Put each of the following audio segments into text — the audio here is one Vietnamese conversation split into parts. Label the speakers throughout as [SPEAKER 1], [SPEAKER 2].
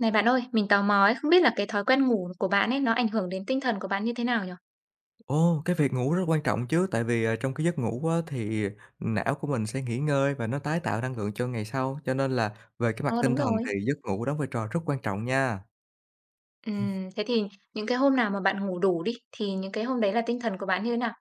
[SPEAKER 1] Này bạn ơi, mình tò mò ấy, không biết là cái thói quen ngủ của bạn ấy nó ảnh hưởng đến tinh thần của bạn như thế nào nhỉ?
[SPEAKER 2] Ồ, cái việc ngủ rất quan trọng chứ, tại vì, trong cái giấc ngủ á thì não của mình sẽ nghỉ ngơi và nó tái tạo năng lượng cho ngày sau, cho nên là về cái mặt
[SPEAKER 1] Ờ,
[SPEAKER 2] tinh
[SPEAKER 1] đúng
[SPEAKER 2] thần thì
[SPEAKER 1] rồi.
[SPEAKER 2] giấc ngủ đóng vai trò rất quan trọng nha.
[SPEAKER 1] Thế thì những cái hôm nào mà bạn ngủ đủ đi, thì những cái hôm đấy là tinh thần của bạn như thế nào?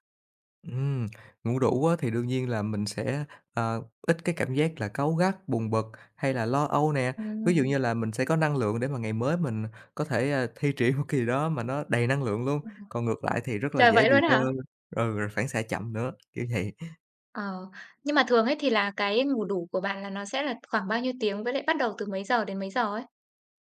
[SPEAKER 2] Ừm, ngủ đủ á thì đương nhiên là mình sẽ, ít cái cảm giác là cáu gắt, buồn bực hay là lo âu nè. Ví dụ
[SPEAKER 1] Ừm.
[SPEAKER 2] như là mình sẽ có năng lượng để mà ngày mới mình có thể, thi triển một kỳ đó mà nó đầy năng lượng luôn, còn ngược lại thì rất là
[SPEAKER 1] Trời,
[SPEAKER 2] dễ
[SPEAKER 1] vậy
[SPEAKER 2] bị
[SPEAKER 1] luôn
[SPEAKER 2] lơ
[SPEAKER 1] hả?
[SPEAKER 2] ừ, rồi phản xạ chậm nữa, kiểu vậy.
[SPEAKER 1] Ờ, nhưng mà thường ấy thì là cái ngủ đủ của bạn là nó sẽ là khoảng bao nhiêu tiếng với lại bắt đầu từ mấy giờ đến mấy giờ ấy?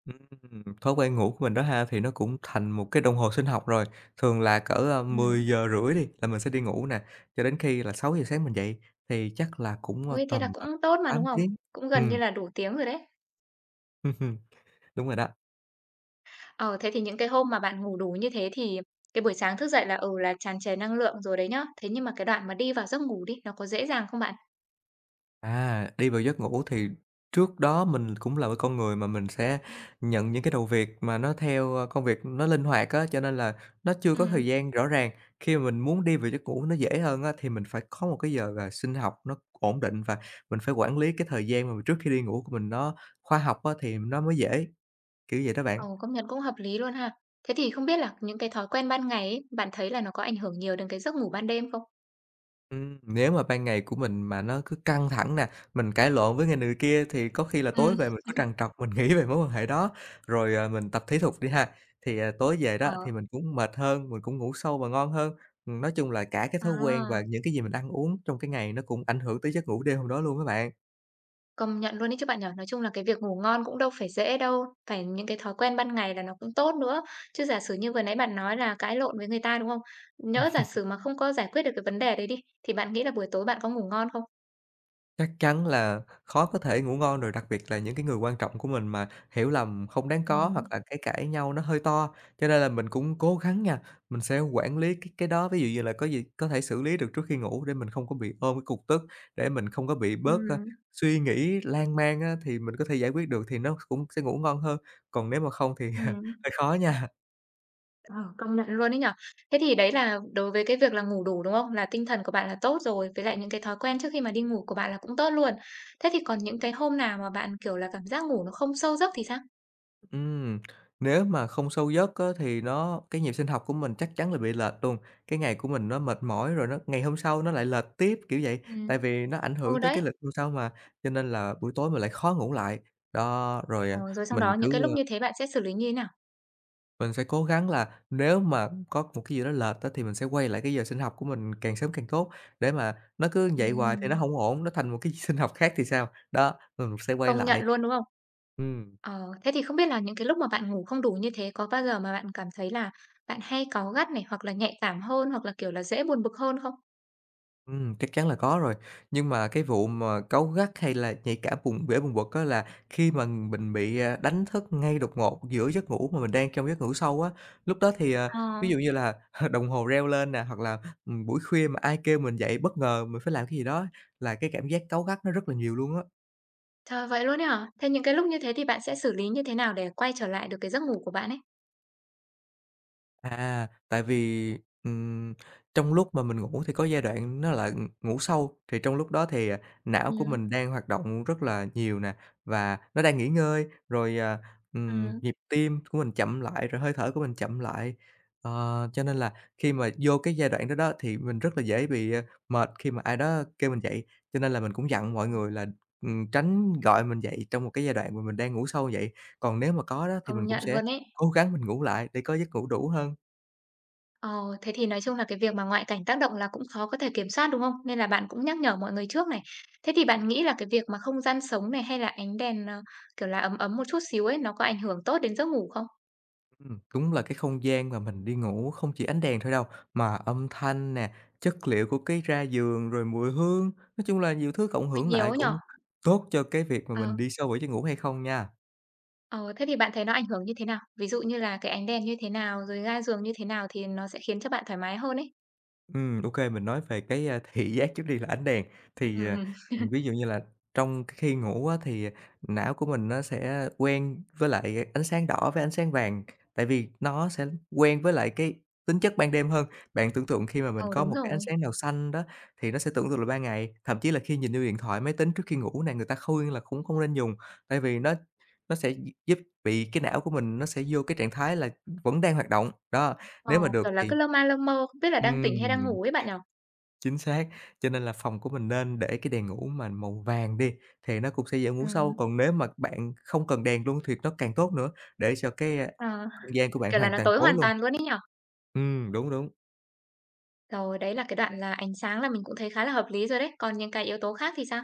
[SPEAKER 2] Thói quen ngủ của mình đó ha, thì nó cũng thành một cái đồng hồ sinh học rồi. Thường là cỡ, mười
[SPEAKER 1] Ừm.
[SPEAKER 2] giờ rưỡi đi là mình sẽ đi ngủ nè, cho đến khi là 6 giờ sáng mình dậy thì chắc là cũng,
[SPEAKER 1] Ôi, thế là
[SPEAKER 2] tầm,
[SPEAKER 1] cũng tốt mà,
[SPEAKER 2] 8
[SPEAKER 1] đúng không?
[SPEAKER 2] tiếng.
[SPEAKER 1] Cũng gần
[SPEAKER 2] Ừm,
[SPEAKER 1] như là đủ tiếng rồi đấy.
[SPEAKER 2] đúng rồi đó.
[SPEAKER 1] Ờ, thế thì những cái hôm mà bạn ngủ đủ như thế thì cái buổi sáng thức dậy là tràn trề năng lượng rồi đấy nhá. Thế nhưng mà cái đoạn mà đi vào giấc ngủ đi, nó có dễ dàng không bạn?
[SPEAKER 2] À, đi vào giấc ngủ thì trước đó mình cũng là một con người mà mình sẽ nhận những cái đầu việc mà nó theo, công việc nó linh hoạt á, cho nên là nó chưa có
[SPEAKER 1] Ừm.
[SPEAKER 2] thời gian rõ ràng. Khi mà mình muốn đi vào giấc ngủ nó dễ hơn á, thì mình phải có một cái giờ là sinh học nó ổn định và mình phải quản lý cái thời gian mà trước khi đi ngủ của mình nó khoa học á, thì nó mới dễ, kiểu vậy đó
[SPEAKER 1] Ừ,
[SPEAKER 2] bạn.
[SPEAKER 1] ồ, công nhận cũng hợp lý luôn ha. Thế thì không biết là những cái thói quen ban ngày ấy, bạn thấy là nó có ảnh hưởng nhiều đến cái giấc ngủ ban đêm không?
[SPEAKER 2] Nếu mà ban ngày của mình mà nó cứ căng thẳng nè, mình cãi lộn với người này người kia thì có khi là tối
[SPEAKER 1] Ừm.
[SPEAKER 2] về mình cứ trằn trọc, mình nghĩ về mối quan hệ đó. Rồi, mình tập thể dục đi ha, thì, tối về đó thì
[SPEAKER 1] Ờ,
[SPEAKER 2] mình cũng mệt hơn, mình cũng ngủ sâu và ngon hơn. Nói chung là cả cái thói quen và
[SPEAKER 1] à,
[SPEAKER 2] những cái gì mình ăn uống trong cái ngày nó cũng ảnh hưởng tới giấc ngủ đêm hôm đó luôn á bạn.
[SPEAKER 1] công nhận luôn đấy chứ bạn nhỏ. Nói chung là cái việc ngủ ngon cũng đâu phải dễ đâu, phải những cái thói quen ban ngày là nó cũng tốt nữa. Chứ giả sử như vừa nãy bạn nói là cãi lộn với người ta, đúng không? Nhỡ giả sử mà không có giải quyết được cái vấn đề đấy đi, thì bạn nghĩ là buổi tối bạn có ngủ ngon không?
[SPEAKER 2] Chắc chắn là khó có thể ngủ ngon rồi, đặc biệt là những cái người quan trọng của mình mà hiểu lầm không đáng có hoặc
[SPEAKER 1] Ừm,
[SPEAKER 2] là cái cãi nhau nó hơi to. Cho nên là mình cũng cố gắng nha, mình sẽ quản lý cái đó, ví dụ như là có gì có thể xử lý được trước khi ngủ để mình không có bị ôm cái cục tức, để mình không có bị bớt,
[SPEAKER 1] ừm,
[SPEAKER 2] suy nghĩ lan man á, thì mình có thể giải quyết được thì nó cũng sẽ ngủ ngon hơn. Còn nếu mà không thì
[SPEAKER 1] ừm,
[SPEAKER 2] hơi khó nha.
[SPEAKER 1] ờ, công nhận luôn ấy nhở. Thế thì đấy là đối với cái việc là ngủ đủ, đúng không? Là tinh thần của bạn là tốt rồi, với lại những cái thói quen trước khi mà đi ngủ của bạn là cũng tốt luôn. Thế thì còn những cái hôm nào mà bạn, kiểu là, cảm giác ngủ nó không sâu giấc thì sao?
[SPEAKER 2] Ừm, nếu mà không sâu giấc á, thì nó cái nhịp sinh học của mình chắc chắn là bị lệch luôn. Cái ngày của mình nó mệt mỏi rồi nó ngày hôm sau nó lại lệch tiếp, kiểu vậy,
[SPEAKER 1] Ừm,
[SPEAKER 2] tại vì nó ảnh hưởng
[SPEAKER 1] ừ,
[SPEAKER 2] tới cái
[SPEAKER 1] đấy,
[SPEAKER 2] lịch hôm sau mà, cho nên là buổi tối mình lại khó ngủ lại. Đó, rồi,
[SPEAKER 1] ờ, rồi xong
[SPEAKER 2] mình
[SPEAKER 1] đó những
[SPEAKER 2] cứ,
[SPEAKER 1] cái lúc
[SPEAKER 2] ơ,
[SPEAKER 1] như thế bạn sẽ xử lý như thế nào?
[SPEAKER 2] mình sẽ cố gắng là nếu mà có một cái gì đó lệch á, thì mình sẽ quay lại cái giờ sinh học của mình càng sớm càng tốt, để mà nó cứ vậy hoài thì nó
[SPEAKER 1] Ừm,
[SPEAKER 2] không ổn, nó thành một cái sinh học khác thì sao? Đó, mình sẽ quay
[SPEAKER 1] công nhận
[SPEAKER 2] lại.
[SPEAKER 1] luôn, đúng không?
[SPEAKER 2] Ừm.
[SPEAKER 1] Ờ, thế thì không biết là những cái lúc mà bạn ngủ không đủ như thế có bao giờ mà bạn cảm thấy là bạn hay cáu gắt này, hoặc là nhạy cảm hơn, hoặc là, kiểu là, dễ buồn bực hơn không?
[SPEAKER 2] Chắc chắn là có rồi. Nhưng mà cái vụ mà cáu gắt hay là nhạy cảm vùng bể vùng vực á là khi mà mình bị, đánh thức ngay đột ngột giữa giấc ngủ mà mình đang trong giấc ngủ sâu á, lúc đó thì,
[SPEAKER 1] Ờ.
[SPEAKER 2] ví dụ như là, đồng hồ reo lên nè, hoặc là, buổi khuya mà ai kêu mình dậy bất ngờ mình phải làm cái gì đó là cái cảm giác cáu gắt nó rất là nhiều luôn á.
[SPEAKER 1] Trời, vậy luôn ấy hả? Thế những cái lúc như thế thì bạn sẽ xử lý như thế nào để quay trở lại được cái giấc ngủ của bạn ấy?
[SPEAKER 2] À, tại vì, ừm, trong lúc mà mình ngủ thì có giai đoạn nó là ngủ sâu, thì trong lúc đó thì, não của mình
[SPEAKER 1] Ừm,
[SPEAKER 2] đang hoạt động rất là nhiều nè, và nó đang nghỉ ngơi, rồi,
[SPEAKER 1] ừm.
[SPEAKER 2] nhịp tim của mình chậm lại, rồi hơi thở của mình chậm lại. Ờ, cho nên là khi mà vô cái giai đoạn đó đó thì mình rất là dễ bị, mệt khi mà ai đó kêu mình dậy, cho nên là mình cũng dặn mọi người là, tránh gọi mình dậy trong một cái giai đoạn mà mình đang ngủ sâu vậy. Còn nếu mà có đó thì
[SPEAKER 1] Công
[SPEAKER 2] mình cũng
[SPEAKER 1] nhận
[SPEAKER 2] sẽ
[SPEAKER 1] luôn ấy.
[SPEAKER 2] cố gắng mình ngủ lại để có giấc ngủ đủ hơn.
[SPEAKER 1] Ờ, thế thì nói chung là cái việc mà ngoại cảnh tác động là cũng khó có thể kiểm soát, đúng không? Nên là bạn cũng nhắc nhở mọi người trước này. Thế thì bạn nghĩ là cái việc mà không gian sống này hay là ánh đèn, ờ, kiểu là, ấm ấm một chút xíu ấy, nó có ảnh hưởng tốt đến giấc ngủ không?
[SPEAKER 2] Đúng là cái không gian mà mình đi ngủ không chỉ ánh đèn thôi đâu, mà âm thanh nè, chất liệu của cái ra giường, rồi mùi hương, nói chung là nhiều thứ cộng
[SPEAKER 1] Có
[SPEAKER 2] hưởng
[SPEAKER 1] nhiều
[SPEAKER 2] lại
[SPEAKER 1] ấy nhở.
[SPEAKER 2] cũng tốt cho cái việc mà mình
[SPEAKER 1] Ờ,
[SPEAKER 2] đi sâu vào giấc ngủ hay không nha.
[SPEAKER 1] ờ, thế thì bạn thấy nó ảnh hưởng như thế nào? Ví dụ như là cái ánh đèn như thế nào, rồi ga giường như thế nào thì nó sẽ khiến cho bạn thoải mái hơn ấy?
[SPEAKER 2] Ok mình nói về cái, thị giác trước đi là ánh đèn. Thì,
[SPEAKER 1] Ừm, ừm.
[SPEAKER 2] ví dụ như là trong khi ngủ á thì não của mình nó sẽ quen với lại ánh sáng đỏ với ánh sáng vàng, tại vì nó sẽ quen với lại cái tính chất ban đêm hơn. Bạn tưởng tượng khi mà mình
[SPEAKER 1] Ờ,
[SPEAKER 2] có
[SPEAKER 1] đúng
[SPEAKER 2] một cái ánh
[SPEAKER 1] rồi.
[SPEAKER 2] sáng nào xanh đó thì nó sẽ tưởng tượng là ban ngày, thậm chí là khi nhìn vô điện thoại, máy tính trước khi ngủ này, người ta khuyên là cũng không nên dùng, tại vì nó sẽ gi giúp bị cái não của mình nó sẽ vô cái trạng thái là vẫn đang hoạt động. Đó,
[SPEAKER 1] Ờ,
[SPEAKER 2] nếu mà được
[SPEAKER 1] kiểu là,
[SPEAKER 2] thì
[SPEAKER 1] cứ lơ ma lơ mơ, không biết là đang tỉnh hay đang
[SPEAKER 2] ừm.
[SPEAKER 1] ngủ ấy bạn nhỉ?
[SPEAKER 2] Chính xác, cho nên là phòng của mình nên để cái đèn ngủ mà màu vàng đi, thì nó cũng sẽ dễ ngủ sâu,
[SPEAKER 1] Ừm.
[SPEAKER 2] còn nếu mà bạn không cần đèn luôn thì nó càng tốt nữa, để cho cái,
[SPEAKER 1] Ờ,
[SPEAKER 2] không gian của bạn
[SPEAKER 1] kiểu là,
[SPEAKER 2] hoàn
[SPEAKER 1] nó
[SPEAKER 2] toàn
[SPEAKER 1] tối
[SPEAKER 2] tối
[SPEAKER 1] hoàn
[SPEAKER 2] luôn.
[SPEAKER 1] toàn luôn ấy nhỉ?
[SPEAKER 2] Đúng, đúng.
[SPEAKER 1] Rồi, đấy là cái đoạn là ánh sáng là mình cũng thấy khá là hợp lý rồi đấy, còn những cái yếu tố khác thì sao?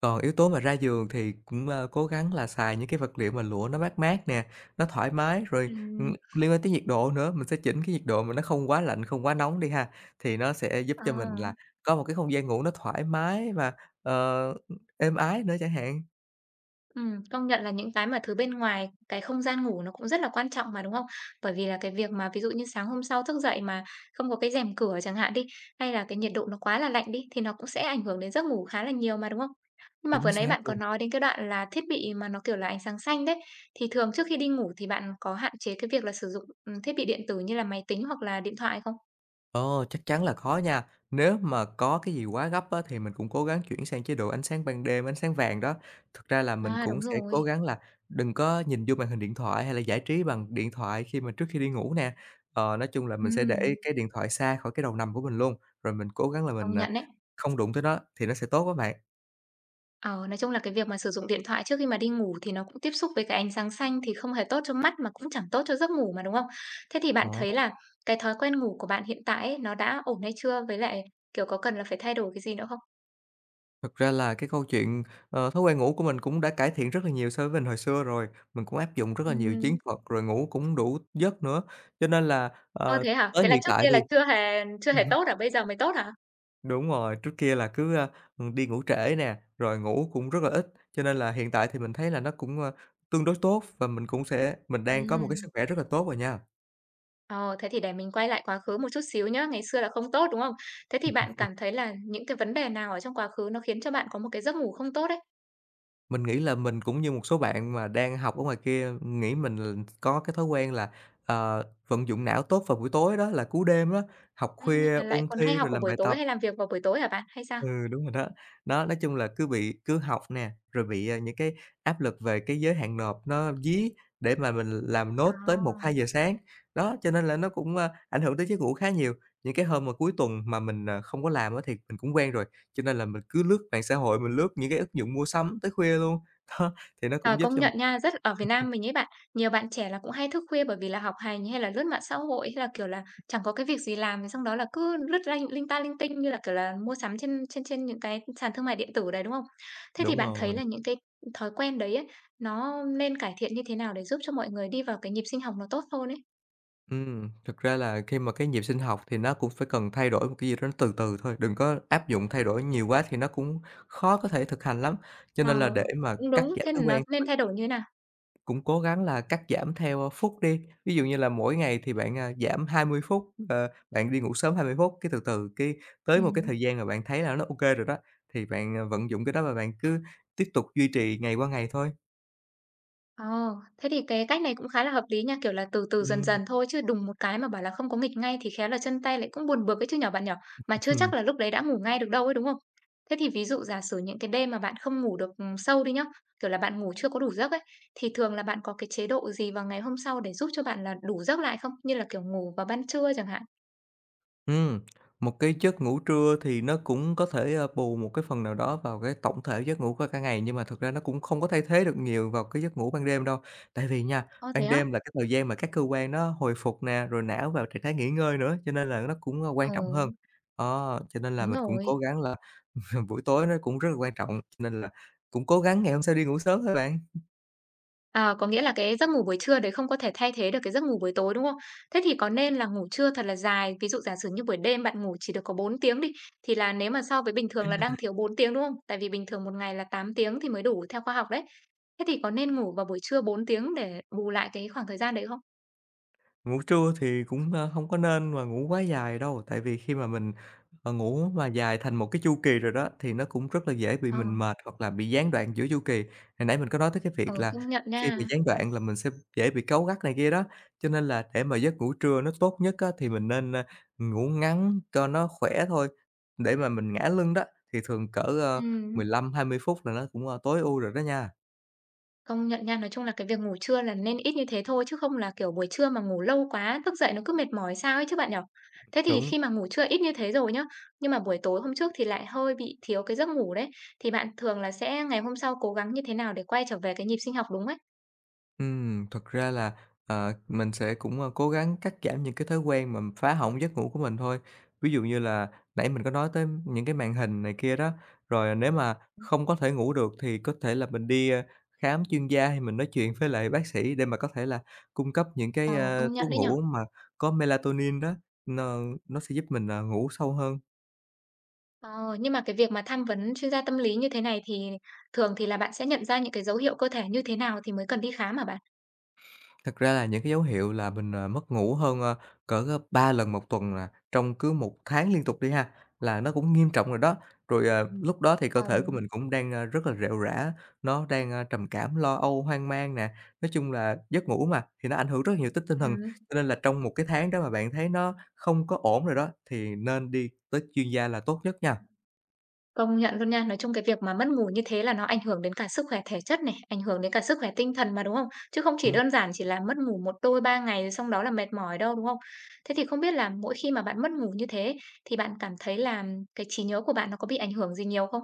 [SPEAKER 2] Còn yếu tố mà ra giường thì cũng, cố gắng là xài những cái vật liệu mà lụa nó mát mát nè, nó thoải mái, rồi,
[SPEAKER 1] Ừm.
[SPEAKER 2] liên quan tới nhiệt độ nữa, mình sẽ chỉnh cái nhiệt độ mà nó không quá lạnh, không quá nóng đi ha, thì nó sẽ giúp
[SPEAKER 1] Ờ.
[SPEAKER 2] cho mình là có một cái không gian ngủ nó thoải mái và, ờ, êm ái nữa chẳng hạn.
[SPEAKER 1] Công nhận là những cái mà thứ bên ngoài cái không gian ngủ nó cũng rất là quan trọng mà, đúng không? Bởi vì là cái việc mà ví dụ như sáng hôm sau thức dậy mà không có cái rèm cửa chẳng hạn đi, hay là cái nhiệt độ nó quá là lạnh đi thì nó cũng sẽ ảnh hưởng đến giấc ngủ khá là nhiều mà, đúng không? Nhưng mà
[SPEAKER 2] Chính
[SPEAKER 1] vừa nãy
[SPEAKER 2] xác
[SPEAKER 1] bạn có
[SPEAKER 2] luôn.
[SPEAKER 1] nói đến cái đoạn là thiết bị mà nó, kiểu là, ánh sáng xanh đấy, thì thường trước khi đi ngủ thì bạn có hạn chế cái việc là sử dụng, thiết bị điện tử như là máy tính hoặc là điện thoại không?
[SPEAKER 2] Ờ, chắc chắn là khó nha. Nếu mà có cái gì quá gấp á, thì mình cũng cố gắng chuyển sang chế độ ánh sáng ban đêm, ánh sáng vàng đó. Thực ra là mình
[SPEAKER 1] À,
[SPEAKER 2] cũng
[SPEAKER 1] đúng
[SPEAKER 2] sẽ cố
[SPEAKER 1] rồi.
[SPEAKER 2] gắng là đừng có nhìn vô màn hình điện thoại hay là giải trí bằng điện thoại khi mà trước khi đi ngủ nè. Ờ, nói chung là mình sẽ để
[SPEAKER 1] Ừm,
[SPEAKER 2] cái điện thoại xa khỏi cái đầu nằm của mình luôn, rồi mình cố gắng là
[SPEAKER 1] công
[SPEAKER 2] mình,
[SPEAKER 1] nhận đấy.
[SPEAKER 2] không đụng tới nó thì nó sẽ tốt các bạn.
[SPEAKER 1] Ờ, nói chung là cái việc mà sử dụng điện thoại trước khi mà đi ngủ thì nó cũng tiếp xúc với cái ánh sáng xanh thì không hề tốt cho mắt mà cũng chẳng tốt cho giấc ngủ mà, đúng không? Thế thì bạn
[SPEAKER 2] Ờ.
[SPEAKER 1] thấy là cái thói quen ngủ của bạn hiện tại ấy, nó đã ổn hay chưa? Với lại, kiểu, có cần là phải thay đổi cái gì nữa không?
[SPEAKER 2] Thật ra là cái câu chuyện, thói quen ngủ của mình cũng đã cải thiện rất là nhiều so với mình hồi xưa rồi. Mình cũng áp dụng rất là nhiều chiến
[SPEAKER 1] Ừm.
[SPEAKER 2] thuật, rồi ngủ cũng đủ giấc nữa. Cho nên là,
[SPEAKER 1] Ơ, thế hả?
[SPEAKER 2] tới
[SPEAKER 1] Thế là
[SPEAKER 2] hiện
[SPEAKER 1] trước
[SPEAKER 2] tại
[SPEAKER 1] kia là
[SPEAKER 2] thì
[SPEAKER 1] chưa hề tốt hả? Bây giờ mới tốt hả?
[SPEAKER 2] đúng rồi, trước kia là cứ, đi ngủ trễ nè, rồi ngủ cũng rất là ít, cho nên là hiện tại thì mình thấy là nó cũng, tương đối tốt và mình cũng sẽ mình đang có một cái sức
[SPEAKER 1] Ừm.
[SPEAKER 2] khỏe rất là tốt rồi nha.
[SPEAKER 1] Ờ, thế thì để mình quay lại quá khứ một chút xíu nhá, ngày xưa là không tốt, đúng không? Thế thì bạn cảm thấy là những cái vấn đề nào ở trong quá khứ nó khiến cho bạn có một cái giấc ngủ không tốt ấy?
[SPEAKER 2] Mình nghĩ là mình cũng như một số bạn mà đang học ở ngoài kia, nghĩ mình là có cái thói quen là, vận dụng não tốt vào buổi tối đó, là cú đêm đó học khuya,
[SPEAKER 1] À, lại
[SPEAKER 2] ôn
[SPEAKER 1] còn
[SPEAKER 2] thi
[SPEAKER 1] hay học
[SPEAKER 2] rồi
[SPEAKER 1] vào
[SPEAKER 2] làm
[SPEAKER 1] buổi
[SPEAKER 2] bài tập.
[SPEAKER 1] tối hay làm việc vào buổi tối hả bạn? Hay sao?
[SPEAKER 2] Ừ, đúng rồi đó. Đó, nói chung là cứ học nè, rồi bị, những cái áp lực về cái giới hạn nộp nó dí để mà mình làm nốt tới một hai
[SPEAKER 1] À,
[SPEAKER 2] giờ sáng. Đó, cho nên là nó cũng, ảnh hưởng tới giấc ngủ khá nhiều. Những cái hôm mà cuối tuần mà mình, không có làm á thì mình cũng quen rồi, cho nên là mình cứ lướt mạng xã hội, mình lướt những cái ứng dụng mua sắm tới khuya luôn. Đó, thì nó
[SPEAKER 1] ờ,
[SPEAKER 2] cũng giúp
[SPEAKER 1] công
[SPEAKER 2] cho
[SPEAKER 1] nhận nha, rất ở Việt Nam mình ấy bạn, nhiều bạn trẻ là cũng hay thức khuya bởi vì là học hành hay là lướt mạng xã hội, hay là, kiểu là, chẳng có cái việc gì làm xong đó là cứ lướt lanh linh ta linh tinh như là, kiểu là, mua sắm trên trên trên những cái sàn thương mại điện tử đấy, đúng không? Thế thì
[SPEAKER 2] đúng
[SPEAKER 1] bạn thấy
[SPEAKER 2] rồi.
[SPEAKER 1] là những cái thói quen đấy ấy, nó nên cải thiện như thế nào để giúp cho mọi người đi vào cái nhịp sinh học nó tốt hơn ấy?
[SPEAKER 2] Thực ra là khi mà cái nhịp sinh học thì nó cũng phải cần thay đổi một cái gì đó nó từ từ thôi, đừng có áp dụng thay đổi nhiều quá thì nó cũng khó có thể thực hành lắm. Cho
[SPEAKER 1] Ờ,
[SPEAKER 2] nên là để mà
[SPEAKER 1] cũng
[SPEAKER 2] cắt
[SPEAKER 1] đúng,
[SPEAKER 2] giảm
[SPEAKER 1] thế
[SPEAKER 2] thói
[SPEAKER 1] là nó
[SPEAKER 2] quen thì
[SPEAKER 1] nên
[SPEAKER 2] mình
[SPEAKER 1] thay đổi như thế nào?
[SPEAKER 2] cũng cố gắng là cắt giảm theo, phút đi, ví dụ như là mỗi ngày thì bạn, giảm 20 phút, bạn đi ngủ sớm 20 phút, cái từ từ cái tới một cái
[SPEAKER 1] Ừm.
[SPEAKER 2] thời gian mà bạn thấy là nó ok rồi đó, thì bạn, vận dụng cái đó và bạn cứ tiếp tục duy trì ngày qua ngày thôi.
[SPEAKER 1] Ồ, thế thì cái cách này cũng khá là hợp lý nha, kiểu là từ từ dần
[SPEAKER 2] Ừm.
[SPEAKER 1] dần thôi chứ đùng một cái mà bảo là không có nghịch ngay thì khéo là chân tay lại cũng buồn bực ấy chứ nhỏ bạn nhỏ, mà chưa chắc là lúc đấy đã ngủ ngay được đâu ấy đúng không? Thế thì ví dụ giả sử những cái đêm mà bạn không ngủ được ừ, sâu đi nhá, kiểu là bạn ngủ chưa có đủ giấc ấy, thì thường là bạn có cái chế độ gì vào ngày hôm sau để giúp cho bạn là đủ giấc lại không? Như là kiểu ngủ vào ban trưa chẳng hạn.
[SPEAKER 2] Ừm, một cái giấc ngủ trưa thì nó cũng có thể, bù một cái phần nào đó vào cái tổng thể giấc ngủ của cả ngày, nhưng mà thực ra nó cũng không có thay thế được nhiều vào cái giấc ngủ ban đêm đâu. Tại vì nha,
[SPEAKER 1] Ồ thế
[SPEAKER 2] ban
[SPEAKER 1] á?
[SPEAKER 2] đêm là cái thời gian mà các cơ quan nó hồi phục nè, rồi não vào trạng thái nghỉ ngơi nữa, cho nên là nó cũng, quan
[SPEAKER 1] Ồ,
[SPEAKER 2] trọng hơn. Đó, cho nên là
[SPEAKER 1] đúng
[SPEAKER 2] mình cũng cố
[SPEAKER 1] rồi.
[SPEAKER 2] gắng là buổi tối nó cũng rất là quan trọng, cho nên là cũng cố gắng ngày hôm sau đi ngủ sớm thôi bạn.
[SPEAKER 1] À, có nghĩa là cái giấc ngủ buổi trưa đấy không có thể thay thế được cái giấc ngủ buổi tối, đúng không? Thế thì có nên là ngủ trưa thật là dài, ví dụ giả sử như buổi đêm bạn ngủ chỉ được có 4 tiếng đi, thì là nếu mà so với bình thường là đang thiếu 4 tiếng, đúng không? Tại vì bình thường một ngày là 8 tiếng thì mới đủ theo khoa học đấy. Thế thì có nên ngủ vào buổi trưa 4 tiếng để bù lại cái khoảng thời gian đấy không?
[SPEAKER 2] Ngủ trưa thì cũng, hông có nên mà ngủ quá dài đâu, tại vì khi mà mình, ngủ mà dài thành một cái chu kỳ rồi đó, thì nó cũng rất là dễ bị
[SPEAKER 1] Ờ,
[SPEAKER 2] mình mệt hoặc là bị gián đoạn giữa chu kỳ. Hồi nãy mình có nói tới cái
[SPEAKER 1] ờ,
[SPEAKER 2] việc là
[SPEAKER 1] công nhận
[SPEAKER 2] khi bị
[SPEAKER 1] nha.
[SPEAKER 2] gián đoạn là mình sẽ dễ bị cáu gắt này kia đó, cho nên là để mà giấc ngủ trưa nó tốt nhất á, thì mình nên, ngủ ngắn cho nó khỏe thôi. Để mà mình ngã lưng đó, thì thường cỡ,
[SPEAKER 1] Ừm.
[SPEAKER 2] 15-20 phút là nó cũng, tối ưu rồi đó nha.
[SPEAKER 1] Công nhận nha, nói chung là cái việc ngủ trưa là nên ít như thế thôi, chứ không là, kiểu, buổi trưa mà ngủ lâu quá, thức dậy nó cứ mệt mỏi sao ấy chứ bạn nhỉ? Thế thì
[SPEAKER 2] Đúng.
[SPEAKER 1] khi mà ngủ trưa ít như thế rồi nhá, nhưng mà buổi tối hôm trước thì lại hơi bị thiếu cái giấc ngủ đấy, thì bạn thường là sẽ ngày hôm sau cố gắng như thế nào để quay trở về cái nhịp sinh học đúng ấy?
[SPEAKER 2] Thật ra là, mình sẽ cũng, cố gắng cắt giảm những cái thói quen mà phá hỏng giấc ngủ của mình thôi. Ví dụ như là nãy mình có nói tới những cái màn hình này kia đó, rồi nếu mà không có thể ngủ được thì có thể là mình đi, khám chuyên gia hay mình nói chuyện với lại bác sĩ để mà có thể là cung cấp những
[SPEAKER 1] Ờ,
[SPEAKER 2] cái,
[SPEAKER 1] công
[SPEAKER 2] thuốc
[SPEAKER 1] nhận đấy nhỉ?
[SPEAKER 2] ngủ mà có melatonin đó, n nó sẽ giúp mình, ngủ sâu hơn.
[SPEAKER 1] Ờ, nhưng mà cái việc mà tham vấn chuyên gia tâm lý như thế này thì thường thì là bạn sẽ nhận ra những cái dấu hiệu cơ thể như thế nào thì mới cần đi khám hả bạn?
[SPEAKER 2] Thật ra là những cái dấu hiệu là mình, mất ngủ hơn, cỡ, 3 lần một tuần là trong cứ một tháng liên tục đi ha, là nó cũng nghiêm trọng rồi đó. Rồi, lúc đó thì cơ
[SPEAKER 1] Ờ.
[SPEAKER 2] thể của mình cũng đang, rất là rệu rã, nó đang, trầm cảm, lo âu, hoang mang nè. Nói chung là giấc ngủ mà, thì nó ảnh hưởng rất nhiều tới tinh thần,
[SPEAKER 1] Ừ.
[SPEAKER 2] cho nên là trong một cái tháng đó mà bạn thấy nó không có ổn rồi đó, thì nên đi tới chuyên gia là tốt nhất nha.
[SPEAKER 1] Công nhận luôn nha. Nói chung cái việc mà mất ngủ như thế là nó ảnh hưởng đến cả sức khỏe thể chất này, ảnh hưởng đến cả sức khỏe tinh thần mà, đúng không? Chứ không chỉ
[SPEAKER 2] Ừm.
[SPEAKER 1] đơn giản chỉ là mất ngủ một đôi 3 ngày rồi xong đó là mệt mỏi đâu, đúng không? Thế thì không biết là mỗi khi mà bạn mất ngủ như thế thì bạn cảm thấy là cái trí nhớ của bạn nó có bị ảnh hưởng gì nhiều không?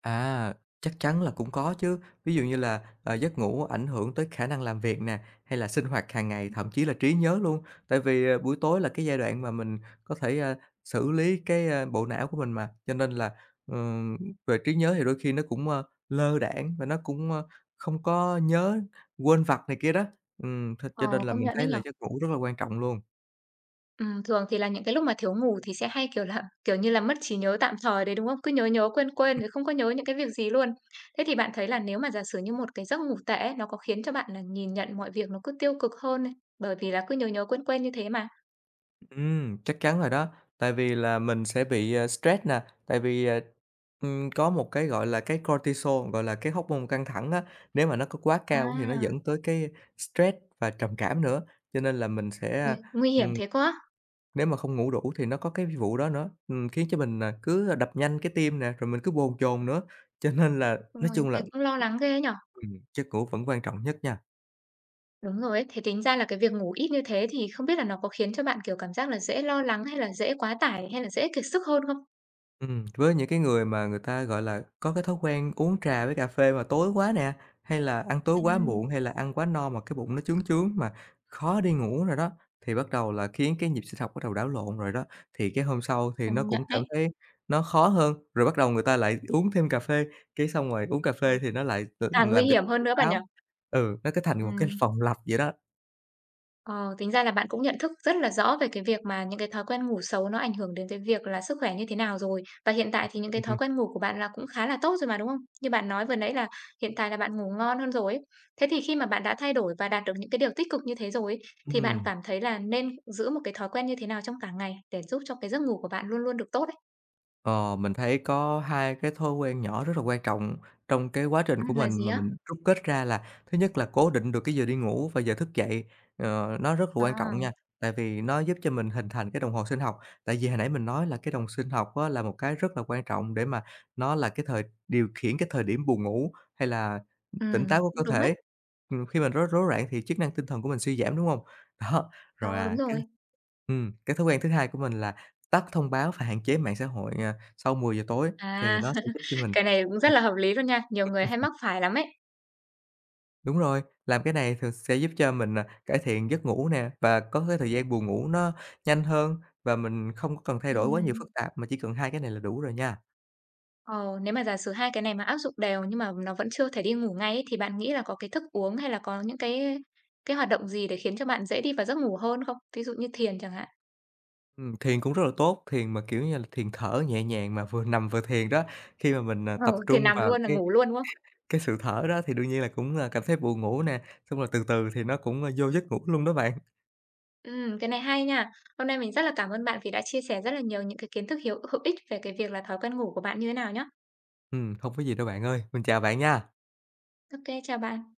[SPEAKER 2] À, chắc chắn là cũng có chứ. Ví dụ như là, giấc ngủ ảnh hưởng tới khả năng làm việc nè, hay là sinh hoạt hàng ngày, thậm chí là trí nhớ luôn. Tại vì, buổi tối là cái giai đoạn mà mình có thể, xử lý cái, bộ não của mình mà, cho nên là, ừm, về trí nhớ thì đôi khi nó cũng, lơ đãng và nó cũng, không có nhớ, quên vặt này kia đó. Th
[SPEAKER 1] Ờ,
[SPEAKER 2] cho nên là
[SPEAKER 1] công
[SPEAKER 2] mình
[SPEAKER 1] nhận
[SPEAKER 2] thấy
[SPEAKER 1] đấy nhỉ?
[SPEAKER 2] là giấc ngủ rất là quan trọng luôn.
[SPEAKER 1] Thường thì là những cái lúc mà thiếu ngủ thì sẽ hay, kiểu là, kiểu như là, mất trí nhớ tạm thời đấy, đúng không? Cứ nhớ nhớ, quên quên rồi không có nhớ những cái việc gì luôn. Thế thì bạn thấy là nếu mà giả sử như một cái giấc ngủ tệ ấy, nó có khiến cho bạn là nhìn nhận mọi việc nó cứ tiêu cực hơn không? Bởi vì là cứ nhớ nhớ, quên quên như thế mà.
[SPEAKER 2] Chắc chắn rồi đó, tại vì là mình sẽ bị, stress nè, tại vì, có một cái, gọi là, cái cortisol, gọi là, cái hormone căng thẳng á, nếu mà nó có quá cao thì nó
[SPEAKER 1] À,
[SPEAKER 2] dẫn tới cái stress và trầm cảm nữa. Cho nên là mình sẽ,
[SPEAKER 1] ôi, nguy hiểm
[SPEAKER 2] ừm,
[SPEAKER 1] thế quá á!
[SPEAKER 2] nếu mà không ngủ đủ thì nó có cái vụ đó nữa, khiến cho mình, cứ đập nhanh cái tim nè, rồi mình cứ bồn chồn nữa, cho nên là nói chung là
[SPEAKER 1] Thế cũng lo lắng ghê nhở.
[SPEAKER 2] giấc ngủ vẫn quan trọng nhất nha.
[SPEAKER 1] Đúng rồi ấy, thế tính ra là cái việc ngủ ít như thế thì không biết là nó có khiến cho bạn, kiểu, cảm giác là dễ lo lắng hay là dễ quá tải hay là dễ kiệt sức hơn không?
[SPEAKER 2] Với những cái người mà người ta, gọi là, có cái thói quen uống trà với cà phê mà tối quá nè, hay là ăn tối quá
[SPEAKER 1] Ừm,
[SPEAKER 2] muộn, hay là ăn quá no mà cái bụng nó chướng chướng mà khó đi ngủ rồi đó, thì bắt đầu là khiến cái nhịp sinh học bắt đầu đảo lộn rồi đó, thì cái hôm sau thì nó
[SPEAKER 1] công nhận
[SPEAKER 2] cũng cảm
[SPEAKER 1] đấy.
[SPEAKER 2] thấy nó khó hơn, rồi bắt đầu người ta lại uống thêm cà phê, cái xong rồi uống cà phê
[SPEAKER 1] Ừm.
[SPEAKER 2] thì nó lại tự
[SPEAKER 1] Càng nguy
[SPEAKER 2] làm cái
[SPEAKER 1] hiểm hơn
[SPEAKER 2] tỉnh
[SPEAKER 1] nữa bạn
[SPEAKER 2] táo.
[SPEAKER 1] nhỉ?
[SPEAKER 2] Ừ, nó cái thành một cái
[SPEAKER 1] Ừm.
[SPEAKER 2] phòng lặp vậy đó.
[SPEAKER 1] Ờ, tính ra là bạn cũng nhận thức rất là rõ về cái việc mà những cái thói quen ngủ xấu nó ảnh hưởng đến cái việc là sức khỏe như thế nào rồi. Và hiện tại thì những cái thói
[SPEAKER 2] Ừm,
[SPEAKER 1] quen ngủ của bạn là cũng khá là tốt rồi mà, đúng không? Như bạn nói vừa nãy là hiện tại là bạn ngủ ngon hơn rồi ấy. Thế thì khi mà bạn đã thay đổi và đạt được những cái điều tích cực như thế rồi ấy, thì bạn
[SPEAKER 2] ừm.
[SPEAKER 1] cảm thấy là nên giữ một cái thói quen như thế nào trong cả ngày để giúp cho cái giấc ngủ của bạn luôn luôn được tốt ấy?
[SPEAKER 2] Ờ, mình thấy có hai cái thói quen nhỏ rất là quan trọng trong cái quá trình
[SPEAKER 1] Ừ,
[SPEAKER 2] của
[SPEAKER 1] là
[SPEAKER 2] mình
[SPEAKER 1] gì
[SPEAKER 2] mà
[SPEAKER 1] á?
[SPEAKER 2] mình rút kết ra là thứ nhất là cố định được cái giờ đi ngủ và giờ thức dậy, nó rất là quan trọng nha,
[SPEAKER 1] À.
[SPEAKER 2] tại vì nó giúp cho mình hình thành cái đồng hồ sinh học. Tại vì hồi nãy mình nói là cái đồng sinh học á là một cái rất là quan trọng để mà nó là cái thời điều khiển cái thời điểm buồn ngủ hay là
[SPEAKER 1] Ừ.
[SPEAKER 2] tỉnh táo của cơ
[SPEAKER 1] Cũng đúng ấy.
[SPEAKER 2] thể. Khi mình rối rối loạn thì chức năng tinh thần của mình suy giảm, đúng không? Đó, rồi,
[SPEAKER 1] Ờ, đúng rồi.
[SPEAKER 2] Cái thói quen thứ hai của mình là tắt thông báo và hạn chế mạng xã hội, sau 10 giờ tối thì
[SPEAKER 1] À,
[SPEAKER 2] nó sẽ giúp cho mình
[SPEAKER 1] cái này cũng rất là hợp lý luôn nha. Nhiều người hay mắc phải lắm ấy.
[SPEAKER 2] đúng rồi, làm cái này thường sẽ giúp cho mình, cải thiện giấc ngủ nè, và có cái thời gian buồn ngủ nó nhanh hơn và mình không có cần thay đổi quá nhiều
[SPEAKER 1] Ừm.
[SPEAKER 2] phức tạp, mà chỉ cần 2 cái này là đủ rồi nha.
[SPEAKER 1] Ờ, nếu mà giả sử hai cái này mà áp dụng đều nhưng mà nó vẫn chưa thể đi ngủ ngay ấy, thì bạn nghĩ là có cái thức uống hay là có những cái hoạt động gì để khiến cho bạn dễ đi vào giấc ngủ hơn không? Ví dụ như thiền chẳng hạn.
[SPEAKER 2] Thiền cũng rất là tốt, thiền mà, kiểu như là, thiền thở nhẹ nhàng mà vừa nằm vừa thiền đó. Khi mà mình,
[SPEAKER 1] Ờ,
[SPEAKER 2] tập trung
[SPEAKER 1] thiền nằm
[SPEAKER 2] vào
[SPEAKER 1] luôn là
[SPEAKER 2] cái
[SPEAKER 1] ngủ luôn, đúng không?
[SPEAKER 2] cái sự thở đó thì đương nhiên là cũng, cảm thấy buồn ngủ nè, xong rồi từ từ thì nó cũng, vô giấc ngủ luôn đó bạn.
[SPEAKER 1] Cái này hay nha. Hôm nay mình rất là cảm ơn bạn vì đã chia sẻ rất là nhiều những cái kiến thức hữu hữu ích về cái việc là thói quen ngủ của bạn như thế nào nhá.
[SPEAKER 2] Không có gì đâu bạn ơi. Mình chào bạn nha.
[SPEAKER 1] Ok, chào bạn.